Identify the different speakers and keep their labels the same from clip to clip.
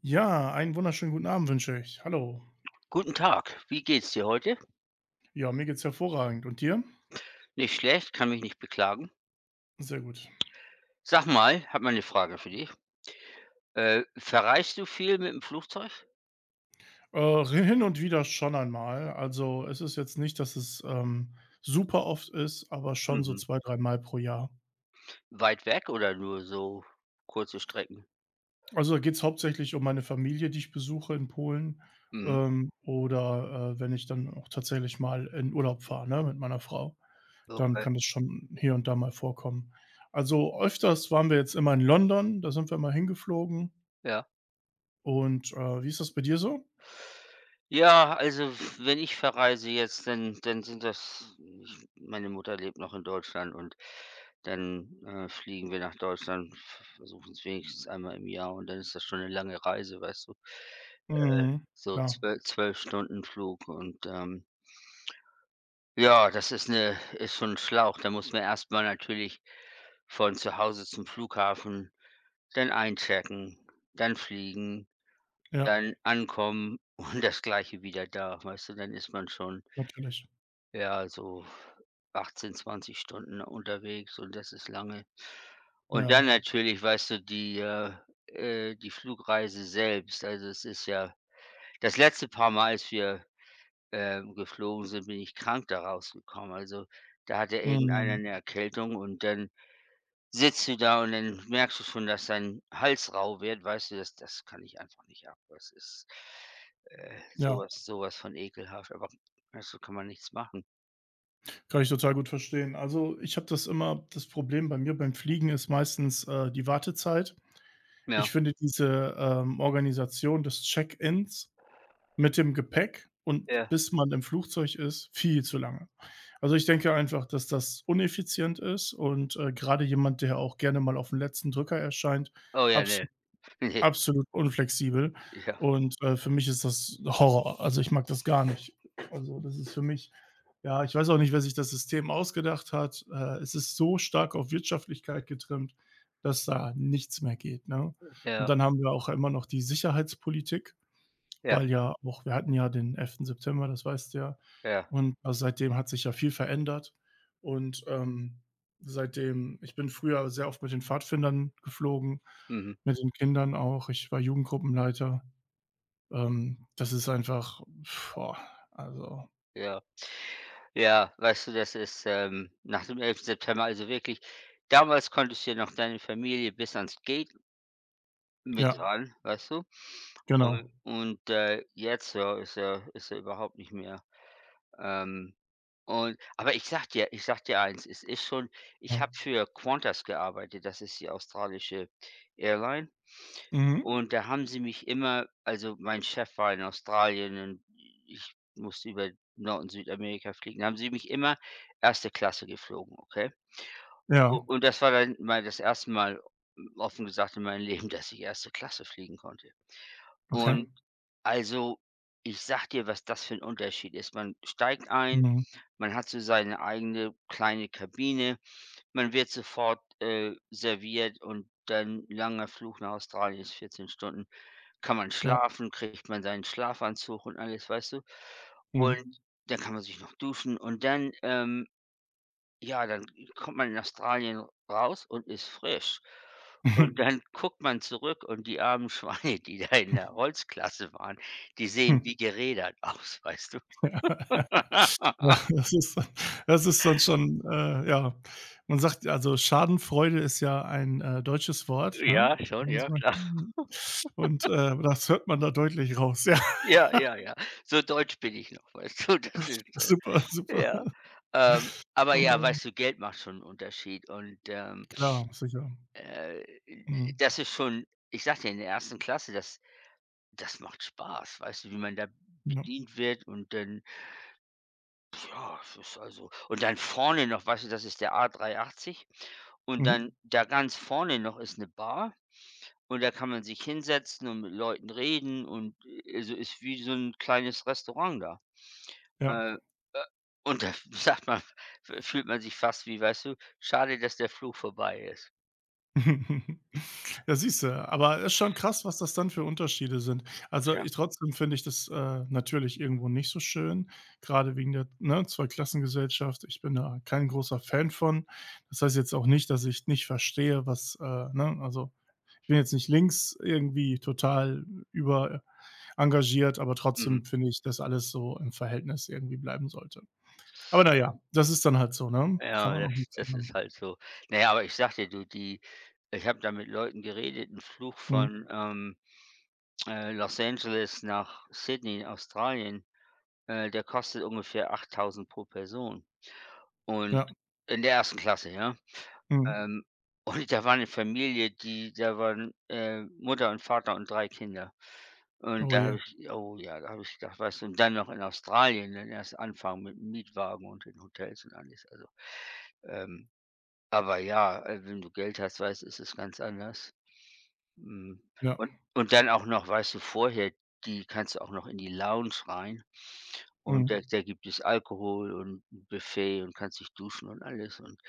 Speaker 1: Ja, einen wunderschönen guten Abend wünsche ich. Hallo.
Speaker 2: Guten Tag, wie geht's dir heute?
Speaker 1: Ja, mir geht's hervorragend. Und dir?
Speaker 2: Nicht schlecht, kann mich nicht beklagen.
Speaker 1: Sehr gut.
Speaker 2: Sag mal, habe mal eine Frage für dich. Verreist du viel mit dem Flugzeug?
Speaker 1: Hin und wieder schon einmal. Also, es ist jetzt nicht, dass es, super oft ist, aber schon so
Speaker 2: Mhm.
Speaker 1: 2, dreimal pro Jahr.
Speaker 2: Weit weg oder nur so kurze Strecken?
Speaker 1: Also, da geht's hauptsächlich um meine Familie, die ich besuche in Polen,
Speaker 2: Mhm.
Speaker 1: oder, wenn ich dann auch tatsächlich mal in Urlaub fahre, ne, mit meiner Frau. Dann
Speaker 2: Okay,
Speaker 1: kann das schon hier und da mal vorkommen. Also, öfters waren wir jetzt immer in London, da sind wir mal hingeflogen.
Speaker 2: ja.
Speaker 1: Und, wie ist das bei dir so?
Speaker 2: Ja, also, w wenn ich verreise jetzt, dann sind das, ich meine Mutter lebt noch in Deutschland, und dann, fliegen wir nach Deutschland, versuchen es wenigstens einmal im Jahr, und dann ist das schon eine lange Reise, weißt du? Äh,
Speaker 1: Mhm.
Speaker 2: so
Speaker 1: Klar.
Speaker 2: zwölf Stunden Flug und, ja, das ist schon 'n Schlauch. Da muss man erstmal natürlich von zu Hause zum Flughafen, dann einchecken, dann fliegen,
Speaker 1: Ja,
Speaker 2: dann ankommen und das Gleiche wieder da, weißt du? Dann ist man schon,
Speaker 1: natürlich.
Speaker 2: ja, so 18, 20 Stunden unterwegs, und das ist lange. Und
Speaker 1: Ja.
Speaker 2: dann natürlich, weißt du, die Flugreise selbst. Also, es ist ja, das letzte paar Mal, als wir, geflogen sind, bin ich krank da rausgekommen. Also, da hatte irgendeiner
Speaker 1: Mhm.
Speaker 2: eine Erkältung, und dann sitzt du da und dann merkst du schon, dass dein Hals rau wird, weißt du, das kann ich einfach nicht ab. Das ist,
Speaker 1: Ja,
Speaker 2: sowas was so von ekelhaft, aber weißt du, kann man nichts machen.
Speaker 1: kann ich total gut verstehen. Also, ich habe das immer das Problem bei mir beim Fliegen ist meistens, die Wartezeit. Ich
Speaker 2: Ja,
Speaker 1: finde diese, Organisation des Check-ins mit dem Gepäck und
Speaker 2: ja.
Speaker 1: bis man im Flugzeug ist, viel zu lange. Also, ich denke einfach, dass das uneffizient ist und, grade jemand, der auch gerne mal auf 'n letzten Drücker erscheint,
Speaker 2: Oh ja, nee.
Speaker 1: absolut
Speaker 2: Ne,
Speaker 1: absolut unflexibel
Speaker 2: nee, ja,
Speaker 1: und, für mich ist das Horror. Also, ich mag das gar nicht. Also, das ist für mich ja, ich weiß auch nicht, wer sich das System ausgedacht hat. Es ist so stark auf Wirtschaftlichkeit getrimmt, dass da nichts mehr geht, ne? Und
Speaker 2: ja,
Speaker 1: dann haben wir auch immer noch die Sicherheitspolitik.
Speaker 2: ja,
Speaker 1: Weil ja auch wir hatten ja den elften September, das weißt du ja.
Speaker 2: ja,
Speaker 1: Und, also, seitdem hat sich ja viel verändert und, seitdem ich bin früher sehr oft mit den Pfadfindern geflogen,
Speaker 2: mhm,
Speaker 1: mit den Kindern auch. Ich war Jugendgruppenleiter. Das ist einfach boah, also
Speaker 2: ja. Ja, weißt du, das ist, nach dem elften September, also wirklich, damals konntest du ja noch deine Familie bis ans Gate mit
Speaker 1: ja,
Speaker 2: ran, weißt du? Und
Speaker 1: genau,
Speaker 2: und, äh, jetzt, ja, ist ja überhaupt nicht mehr. Ähm, und aber ich sag dir eins, es ist schon, ich
Speaker 1: ja.
Speaker 2: habe für Qantas gearbeitet, das ist die australische Airline.
Speaker 1: Mhm.
Speaker 2: Und da haben sie mich immer, also mein Chef war in Australien, und ich musste über Nord- und Südamerika fliegen, da haben sie mich immer erste Klasse geflogen, okay? U
Speaker 1: Ja,
Speaker 2: und das war dann mal das erste Mal, offen gesagt, in meinem Leben, dass ich erste Klasse fliegen konnte.
Speaker 1: okay.
Speaker 2: Und also, ich sag dir, was das für ein Unterschied ist. Man steigt ein,
Speaker 1: Mhm.
Speaker 2: man hat so seine eigene kleine Kabine. Man wird sofort, serviert, und dann langer Flug nach Australien, ist 14 Stunden. Kann man
Speaker 1: Ja,
Speaker 2: schlafen, kriegt man seinen Schlafanzug und alles, weißt du?
Speaker 1: mhm.
Speaker 2: Und dann kann man sich noch duschen und dann, ja, dann kommt man in Australien raus und ist frisch. Und dann guckt man zurück, und die armen Schweine, die da in der Holzklasse waren, die sehen
Speaker 1: Mhm.
Speaker 2: wie gerädert aus, weißt du?
Speaker 1: Ja. Ja, das ist dann schon, ja, man sagt also Schadenfreude ist ja ein, deutsches Wort, ne?
Speaker 2: Ja, schon, ja, klar.
Speaker 1: Und, das hört man da deutlich raus.
Speaker 2: Ja, ja, ja. So deutsch bin ich noch, weißt du? Das
Speaker 1: Ja,
Speaker 2: ist,
Speaker 1: super,
Speaker 2: äh Ja.
Speaker 1: super.
Speaker 2: Aber ja,
Speaker 1: Wunderbar.
Speaker 2: weißt du, Geld macht schon 'n Unterschied und,
Speaker 1: Klar, sicher.
Speaker 2: äh,
Speaker 1: Mhm.
Speaker 2: das ist schon, ich sage dir, in der ersten Klasse, das macht Spaß, weißt du, wie man da
Speaker 1: Ja.
Speaker 2: bedient wird und dann, ja, es ist, also, und dann vorne noch, weißt du, das ist der A380, und
Speaker 1: Mhm.
Speaker 2: dann da ganz vorne noch ist eine Bar, und da kann man sich hinsetzen und mit Leuten reden und, also, ist wie so ein kleines Restaurant da.
Speaker 1: Ja.
Speaker 2: Äh, äh, und da sagt man, f fühlt man sich fast wie, weißt du: „Schade, dass der Flug vorbei ist.“
Speaker 1: Ja, siehst du, aber es ist schon krass, was das dann für Unterschiede sind. Also,
Speaker 2: Tja,
Speaker 1: ich trotzdem finde ich das, natürlich irgendwo nicht so schön, gerade wegen der, ne, Zweiklassengesellschaft. Ich bin da kein großer Fan von. Das heißt jetzt auch nicht, dass ich nicht verstehe, was, ne, also, ich bin jetzt nicht links irgendwie total über engagiert, aber
Speaker 2: mhm.
Speaker 1: trotzdem finde ich, dass alles so im Verhältnis irgendwie bleiben sollte. Aber na ja, das ist dann halt so, ne? Kann
Speaker 2: Ja,
Speaker 1: man auch
Speaker 2: das
Speaker 1: nichts
Speaker 2: das
Speaker 1: ändern.
Speaker 2: ist halt so. Na ja, aber ich sagte, du, die ich habe da mit Leuten geredet, 'n Flug
Speaker 1: Mhm.
Speaker 2: von, Los Angeles nach Sydney, Australien, der kostet ungefähr 8.000 pro Person. Und
Speaker 1: Ja.
Speaker 2: in der ersten Klasse, ja?
Speaker 1: Mhm.
Speaker 2: Ähm, und da war eine Familie, die da waren, Mutter und Vater und 3 Kinder. Und
Speaker 1: Oh
Speaker 2: da
Speaker 1: je.
Speaker 2: habe ich, oh ja, da habe ich gedacht, weißt du, und dann noch in Australien, dann erst anfangen mit Mietwagen und den Hotels und alles. Ähm aber ja, wenn du Geld hast, weißt, ist es ganz anders. Mhm.
Speaker 1: Ja.
Speaker 2: Und und dann auch noch, weißt du, vorher, die kannst du auch noch in die Lounge rein,
Speaker 1: Mhm.
Speaker 2: und da gibt es Alkohol und 'n Buffet und kannst dich duschen und alles und,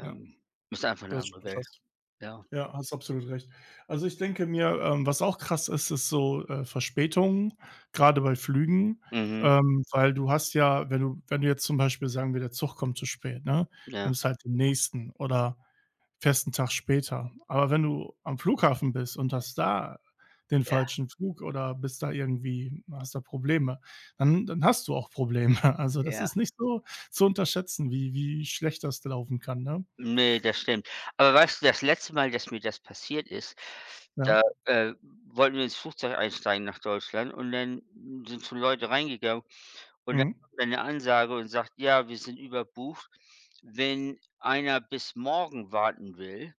Speaker 1: Ja,
Speaker 2: ist einfach eine
Speaker 1: das ist
Speaker 2: andere
Speaker 1: schon
Speaker 2: Welt.
Speaker 1: krass.
Speaker 2: Ja.
Speaker 1: Ja, hast absolut recht. Also, ich denke mir, was auch krass ist, ist so, Verspätungen, gerade bei Flügen,
Speaker 2: Mhm.
Speaker 1: weil du hast ja, wenn du jetzt zum Beispiel sagen wir, der Zug kommt zu spät, ne?
Speaker 2: Ja.
Speaker 1: Nimmst halt den nächsten oder fährst 'n Tag später. Aber wenn du am Flughafen bist und hast da den
Speaker 2: Ja.
Speaker 1: falschen Flug oder bist da irgendwie hast da Probleme, dann hast du auch Probleme. Also, das
Speaker 2: Ja.
Speaker 1: ist nicht so zu unterschätzen, wie schlecht das laufen kann, ne?
Speaker 2: Ne, das stimmt. Aber weißt du, das letzte Mal, dass mir das passiert ist,
Speaker 1: Ja.
Speaker 2: da wollten wir ins Flugzeug einsteigen nach Deutschland, und dann sind so Leute reingegangen, und dann
Speaker 1: Mhm.
Speaker 2: kommt eine Ansage und sagt: „Ja, wir sind überbucht. Wenn einer bis morgen warten will,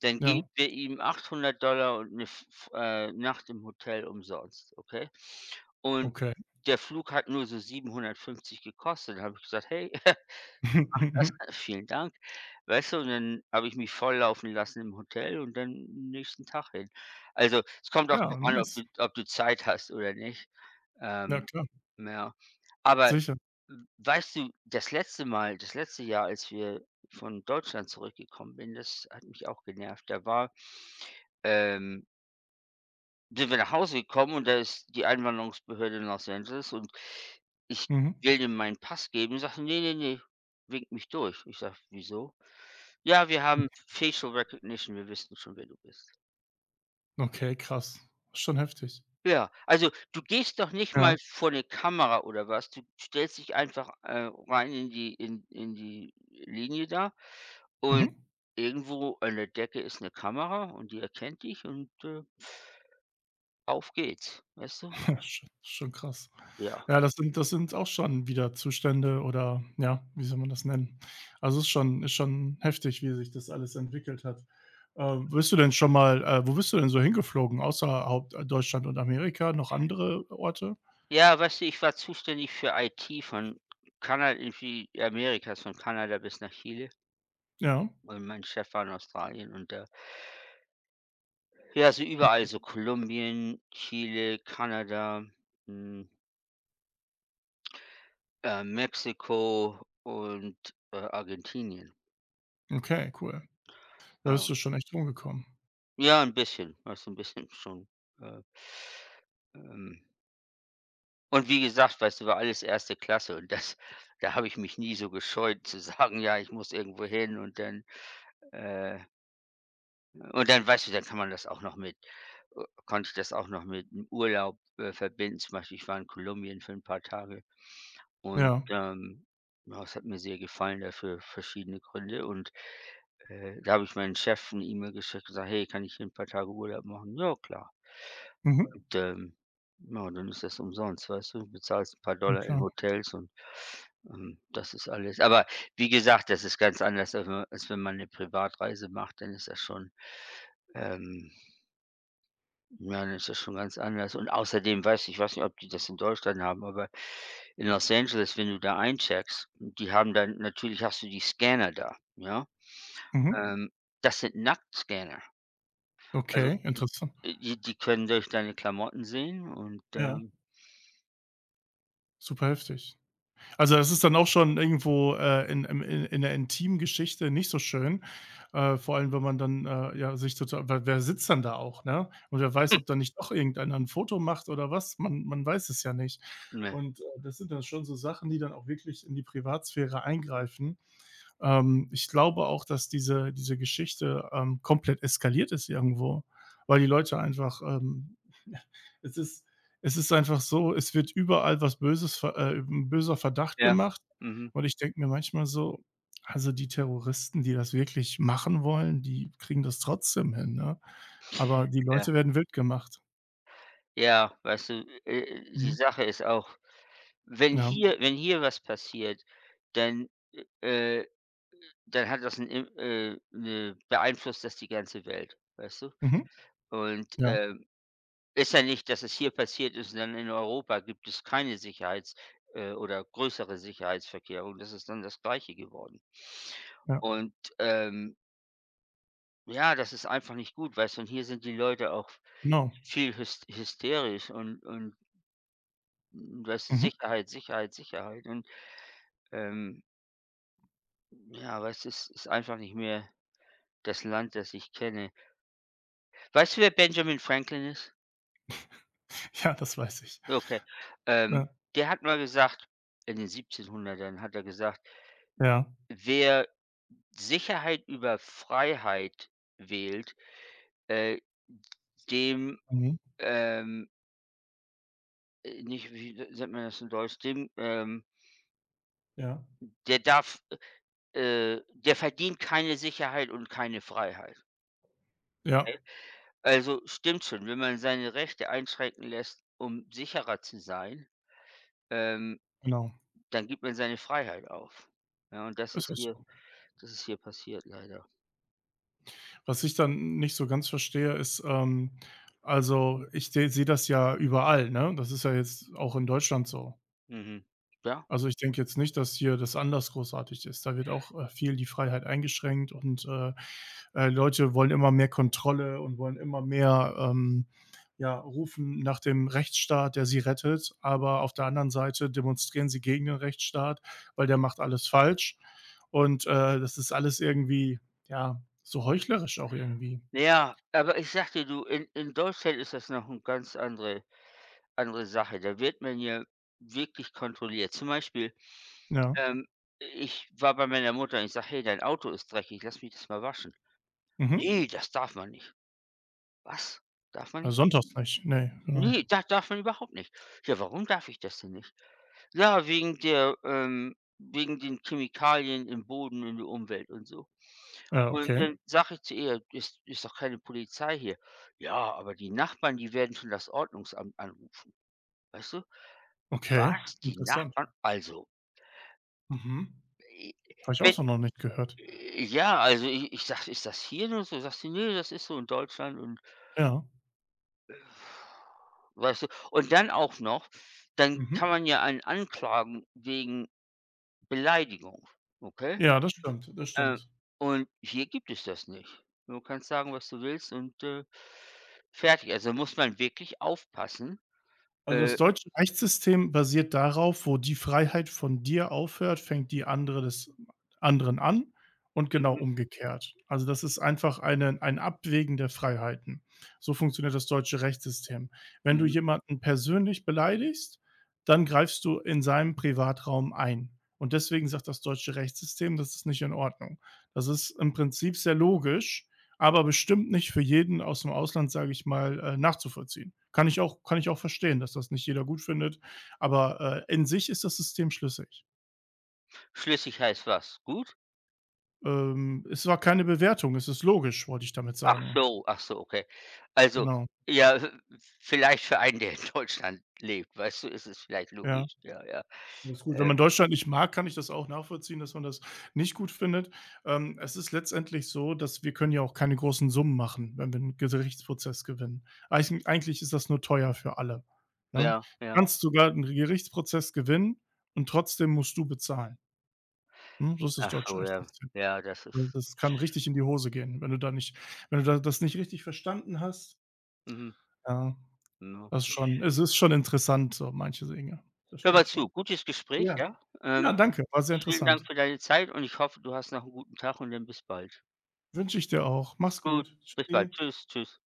Speaker 2: dann geben
Speaker 1: Ja,
Speaker 2: wir ihm $800 und eine f Nacht im Hotel umsonst“, okay? Und
Speaker 1: okay.
Speaker 2: der Flug hat nur so 750 gekostet. Da habe ich gesagt: „Hey“ Ach, das vielen Dank. Weißt du, und dann habe ich mich volllaufen lassen im Hotel und dann nächsten Tag hin. Also, es kommt auch
Speaker 1: Ja,
Speaker 2: darauf an,
Speaker 1: nice.
Speaker 2: ob du Zeit hast oder nicht.
Speaker 1: Ja,
Speaker 2: Ähm,
Speaker 1: klar,
Speaker 2: ja. Aber
Speaker 1: sicher.
Speaker 2: w weißt du, das letzte Jahr, als wir von Deutschland zurückgekommen bin, das hat mich auch genervt. Da war, ähm sind wir nach Hause gekommen, und da ist die Einwanderungsbehörde in Los Angeles, und ich
Speaker 1: Mhm.
Speaker 2: will ihm meinen Pass geben, sagt sie: „Ne, nee nee ne“, winkt mich durch. Ich sage: „Wieso?“ „Ja, wir haben Facial Recognition, wir wissen schon, wer du bist.“
Speaker 1: Okay, krass. Schon heftig.
Speaker 2: Ja, also, du gehst doch nicht mal
Speaker 1: Ja.
Speaker 2: vor eine Kamera oder was, du stellst dich einfach, rein in die Linie da, und
Speaker 1: Mhm.
Speaker 2: irgendwo an der Decke ist eine Kamera und die erkennt dich und, auf geht's, weißt du?
Speaker 1: Sch schon krass.
Speaker 2: Ja.
Speaker 1: Ja, das sind auch schon wieder Zustände oder ja, wie soll man das nennen? Also, es ist schon heftig, wie sich das alles entwickelt hat. Bist du denn schon mal wo bist du denn so hingeflogen, außer Haupt Deutschland und Amerika, noch andere Orte?
Speaker 2: Ja, weißt du, ich war zuständig für IT von Kana irgendwie Amerikas, von Kanada bis nach Chile,
Speaker 1: Ja,
Speaker 2: und mein Chef war in Australien, und der, ja, so überall, so Kolumbien, Chile, Kanada, hm, Mexiko und, Argentinien.
Speaker 1: okay, cool. Da bist du
Speaker 2: Ähm,
Speaker 1: schon echt rumgekommen.
Speaker 2: ja, ein bisschen, weißt du, ein bisschen schon, äh, ähm und wie gesagt, weißt du, war alles erste Klasse, und das, da habe ich mich nie so gescheut zu sagen: „Ja, ich muss irgendwo hin“, und dann, äh Und dann weißt du, dann kann man das auch noch mit, konnte ich das auch noch mit 'nem Urlaub, verbinden. Zum Beispiel, ich war in Kolumbien für 'n paar Tage, und,
Speaker 1: Ja.
Speaker 2: ja, es hat mir sehr gefallen da für verschiedene Gründe, und, da habe ich meinem Chef 'ne E-Mail geschickt und gesagt: „Hey, kann ich hier 'n paar Tage Urlaub machen?“ „Ja, klar.“
Speaker 1: Mhm.
Speaker 2: ähm, ja, dann ist das umsonst, weißt du? Du bezahlst ein paar
Speaker 1: Ja,
Speaker 2: Dollar in
Speaker 1: klar.
Speaker 2: Hotels und, das ist alles, aber wie gesagt, das ist ganz anders, als we als wenn man eine Privatreise macht, dann ist das schon, ähm ja, dann ist das schon ganz anders. Und außerdem weiß ich ich weiß nicht, ob die das in Deutschland haben, aber in Los Angeles, wenn du da eincheckst, die haben dann natürlich, hast du die Scanner da, ja?
Speaker 1: Mhm.
Speaker 2: Ähm, das sind Nacktscanner. Also,
Speaker 1: Okay, interessant.
Speaker 2: die können durch deine Klamotten sehen und,
Speaker 1: Ja. Super heftig. Also, das ist dann auch schon irgendwo, in im in der intimen Geschichte nicht so schön, vor allem, wenn man dann, ja, sich total weil wer sitzt dann da auch, ne? Und wer weiß, ob da nicht doch irgendeiner 'n Foto macht oder was? Man man weiß es ja nicht.
Speaker 2: hm, ja.
Speaker 1: Und, das sind dann schon so Sachen, die dann auch wirklich in die Privatsphäre eingreifen. Ich glaube auch, dass diese diese Geschichte, komplett eskaliert ist irgendwo, weil die Leute einfach, es ist es ist einfach so, es wird überall was Böses ver 'n böser Verdacht
Speaker 2: Ja.
Speaker 1: gemacht
Speaker 2: Mhm.
Speaker 1: und ich denke mir manchmal so: „Also, die Terroristen, die das wirklich machen wollen, die kriegen das trotzdem hin, ne?“ Aber die
Speaker 2: Ja.
Speaker 1: Leute werden wild gemacht.
Speaker 2: Ja, weißt du, die
Speaker 1: Mhm.
Speaker 2: Sache ist auch,
Speaker 1: Ja.
Speaker 2: wenn hier was passiert, dann, äh dann hat das 'n im 'ne beeinflusst das die ganze Welt, weißt du?
Speaker 1: Mhm.
Speaker 2: Und,
Speaker 1: Ja,
Speaker 2: ist ja nicht, dass es hier passiert ist und dann in Europa gibt es keine Sicherheits oder größere Sicherheitsverkehrung. Das ist dann das Gleiche geworden.
Speaker 1: ja,
Speaker 2: Und, ähm, ja, das ist einfach nicht gut, weißt du? Und hier sind die Leute auch
Speaker 1: genau.
Speaker 2: viel hysterisch und hm, weißt du,
Speaker 1: Mhm.
Speaker 2: Sicherheit, Sicherheit, Sicherheit und, ähm, ja, weißt du, es ist einfach nicht mehr das Land, das ich kenne. Weißt du, wer Benjamin Franklin ist?
Speaker 1: Ja, das weiß ich.
Speaker 2: Okay.
Speaker 1: Ja,
Speaker 2: Ähm, der hat mal gesagt, in den 1700ern hat er gesagt:
Speaker 1: ja.
Speaker 2: „Wer Sicherheit über Freiheit wählt, äh, dem,
Speaker 1: Mhm.
Speaker 2: ähm nicht wie s sagt man das in Deutsch? Dem,
Speaker 1: Ja,
Speaker 2: der darf, der verdient keine Sicherheit und keine Freiheit.“
Speaker 1: ja,
Speaker 2: Also, stimmt schon, wenn man seine Rechte einschränken lässt, um sicherer zu sein, ähm,
Speaker 1: genau.
Speaker 2: dann gibt man seine Freiheit auf. Ja, und das
Speaker 1: Ist
Speaker 2: ist
Speaker 1: auch
Speaker 2: hier,
Speaker 1: so.
Speaker 2: das ist hier passiert leider.
Speaker 1: Was ich dann nicht so ganz verstehe, ist, also, ich se sehe seh seh das ja überall, ne? Das ist ja jetzt auch in Deutschland so.
Speaker 2: Mhm. Ja.
Speaker 1: Also, ich denke jetzt nicht, dass hier das anders großartig ist. Da wird auch, viel die Freiheit eingeschränkt und, Leute wollen immer mehr Kontrolle und wollen immer mehr, ja, rufen nach dem Rechtsstaat, der sie rettet. Aber auf der anderen Seite demonstrieren sie gegen den Rechtsstaat, weil der macht alles falsch. Und, das ist alles irgendwie, ja, so heuchlerisch auch irgendwie.
Speaker 2: Ja, aber ich sagte, du, in Deutschland ist das noch eine ganz andere Sache. Da wird man ja wirklich kontrolliert. Zum Beispiel,
Speaker 1: Ja.
Speaker 2: ähm, ich war bei meiner Mutter und ich sage: „Hey, dein Auto ist dreckig, lass mich das mal waschen.“
Speaker 1: Mhm.
Speaker 2: „Ne, das darf man nicht.“ „Was? Darf man
Speaker 1: Ja,
Speaker 2: nicht?“
Speaker 1: sonntags nicht. Ne, genau.
Speaker 2: Ne, das darf man überhaupt nicht. Ja, warum darf ich das denn nicht? Ja, wegen der, wegen den Chemikalien im Boden, in der Umwelt und so.
Speaker 1: Ja,
Speaker 2: Und
Speaker 1: okay.
Speaker 2: dann sage ich zu ihr: „Ist, ist doch keine Polizei hier.“ „Ja, aber die Nachbarn, die werden schon das Ordnungsamt anrufen.“ Weißt du?
Speaker 1: Okay,
Speaker 2: Was? Die
Speaker 1: interessant.
Speaker 2: Nachbarn? Also,
Speaker 1: Mhm.
Speaker 2: äh,
Speaker 1: Habe ich auch
Speaker 2: wenn
Speaker 1: so noch nicht gehört.
Speaker 2: ja, also i ich sage: „Ist das hier nur so?“ Sagt sie: „Nee, das ist so in Deutschland und“
Speaker 1: Ja.
Speaker 2: weißt du? Und dann auch noch, dann
Speaker 1: Mhm.
Speaker 2: kann man ja einen anklagen wegen Beleidigung, okay?
Speaker 1: Ja, das stimmt, das
Speaker 2: Ähm,
Speaker 1: stimmt.
Speaker 2: und hier gibt es das nicht. Du kannst sagen, was du willst und, fertig. Also, muss man wirklich aufpassen.
Speaker 1: Also, das
Speaker 2: Äh,
Speaker 1: deutsche Rechtssystem basiert darauf, wo die Freiheit von dir aufhört, fängt die andere des anderen an und genau
Speaker 2: mhm,
Speaker 1: umgekehrt. Also, das ist einfach eine ein Abwägen der Freiheiten. So funktioniert das deutsche Rechtssystem. Wenn du
Speaker 2: mhm.
Speaker 1: jemanden persönlich beleidigst, dann greifst du in seinem Privatraum ein. Und deswegen sagt das deutsche Rechtssystem, das ist nicht in Ordnung. Das ist im Prinzip sehr logisch, aber bestimmt nicht für jeden aus dem Ausland, sage ich mal, nachzuvollziehen. Kann ich auch verstehen, dass das nicht jeder gut findet, aber, in sich ist das System schlüssig.
Speaker 2: Schlüssig heißt was? Gut?
Speaker 1: Es war keine Bewertung, es ist logisch, wollte ich damit sagen.
Speaker 2: Ach so, okay. Also,
Speaker 1: Genau,
Speaker 2: ja, vielleicht für einen, der in Deutschland lebt, weißt du, ist es vielleicht
Speaker 1: ja.
Speaker 2: logisch. Ja, ja.
Speaker 1: Alles gut. Wenn
Speaker 2: Äh,
Speaker 1: man Deutschland nicht mag, kann ich das auch nachvollziehen, dass man das nicht gut findet. Es ist letztendlich so, dass wir können ja auch keine großen Summen machen, wenn wir 'n Gerichtsprozess gewinnen. Eichen eigentlich ist das nur teuer für alle, ne?
Speaker 2: ja,
Speaker 1: Du
Speaker 2: ja.
Speaker 1: kannst sogar 'n Gerichtsprozess gewinnen und trotzdem musst du bezahlen, ne? So ist das
Speaker 2: Ach
Speaker 1: deutsche
Speaker 2: so, ja.
Speaker 1: Rechtssystem.
Speaker 2: Ja, das
Speaker 1: Und
Speaker 2: ist
Speaker 1: das kann richtig in die Hose gehen, wenn du da das nicht richtig verstanden hast.
Speaker 2: mhm,
Speaker 1: Ja,
Speaker 2: ja.
Speaker 1: das schon es ist schon interessant, so manche Dinge. Das
Speaker 2: Hör mal
Speaker 1: stimmt
Speaker 2: zu,
Speaker 1: schon.
Speaker 2: gutes Gespräch,
Speaker 1: Ja.
Speaker 2: ja?
Speaker 1: Ja,
Speaker 2: Ähm
Speaker 1: danke, war sehr
Speaker 2: Vielen Dank
Speaker 1: interessant.
Speaker 2: für deine Zeit, und ich hoffe, du hast noch 'n guten Tag, und dann bis bald.
Speaker 1: Wünsche ich dir auch. Mach's
Speaker 2: Gut,
Speaker 1: gut.
Speaker 2: bis bald.
Speaker 1: Tschüssi.
Speaker 2: Tschüss, tschüss.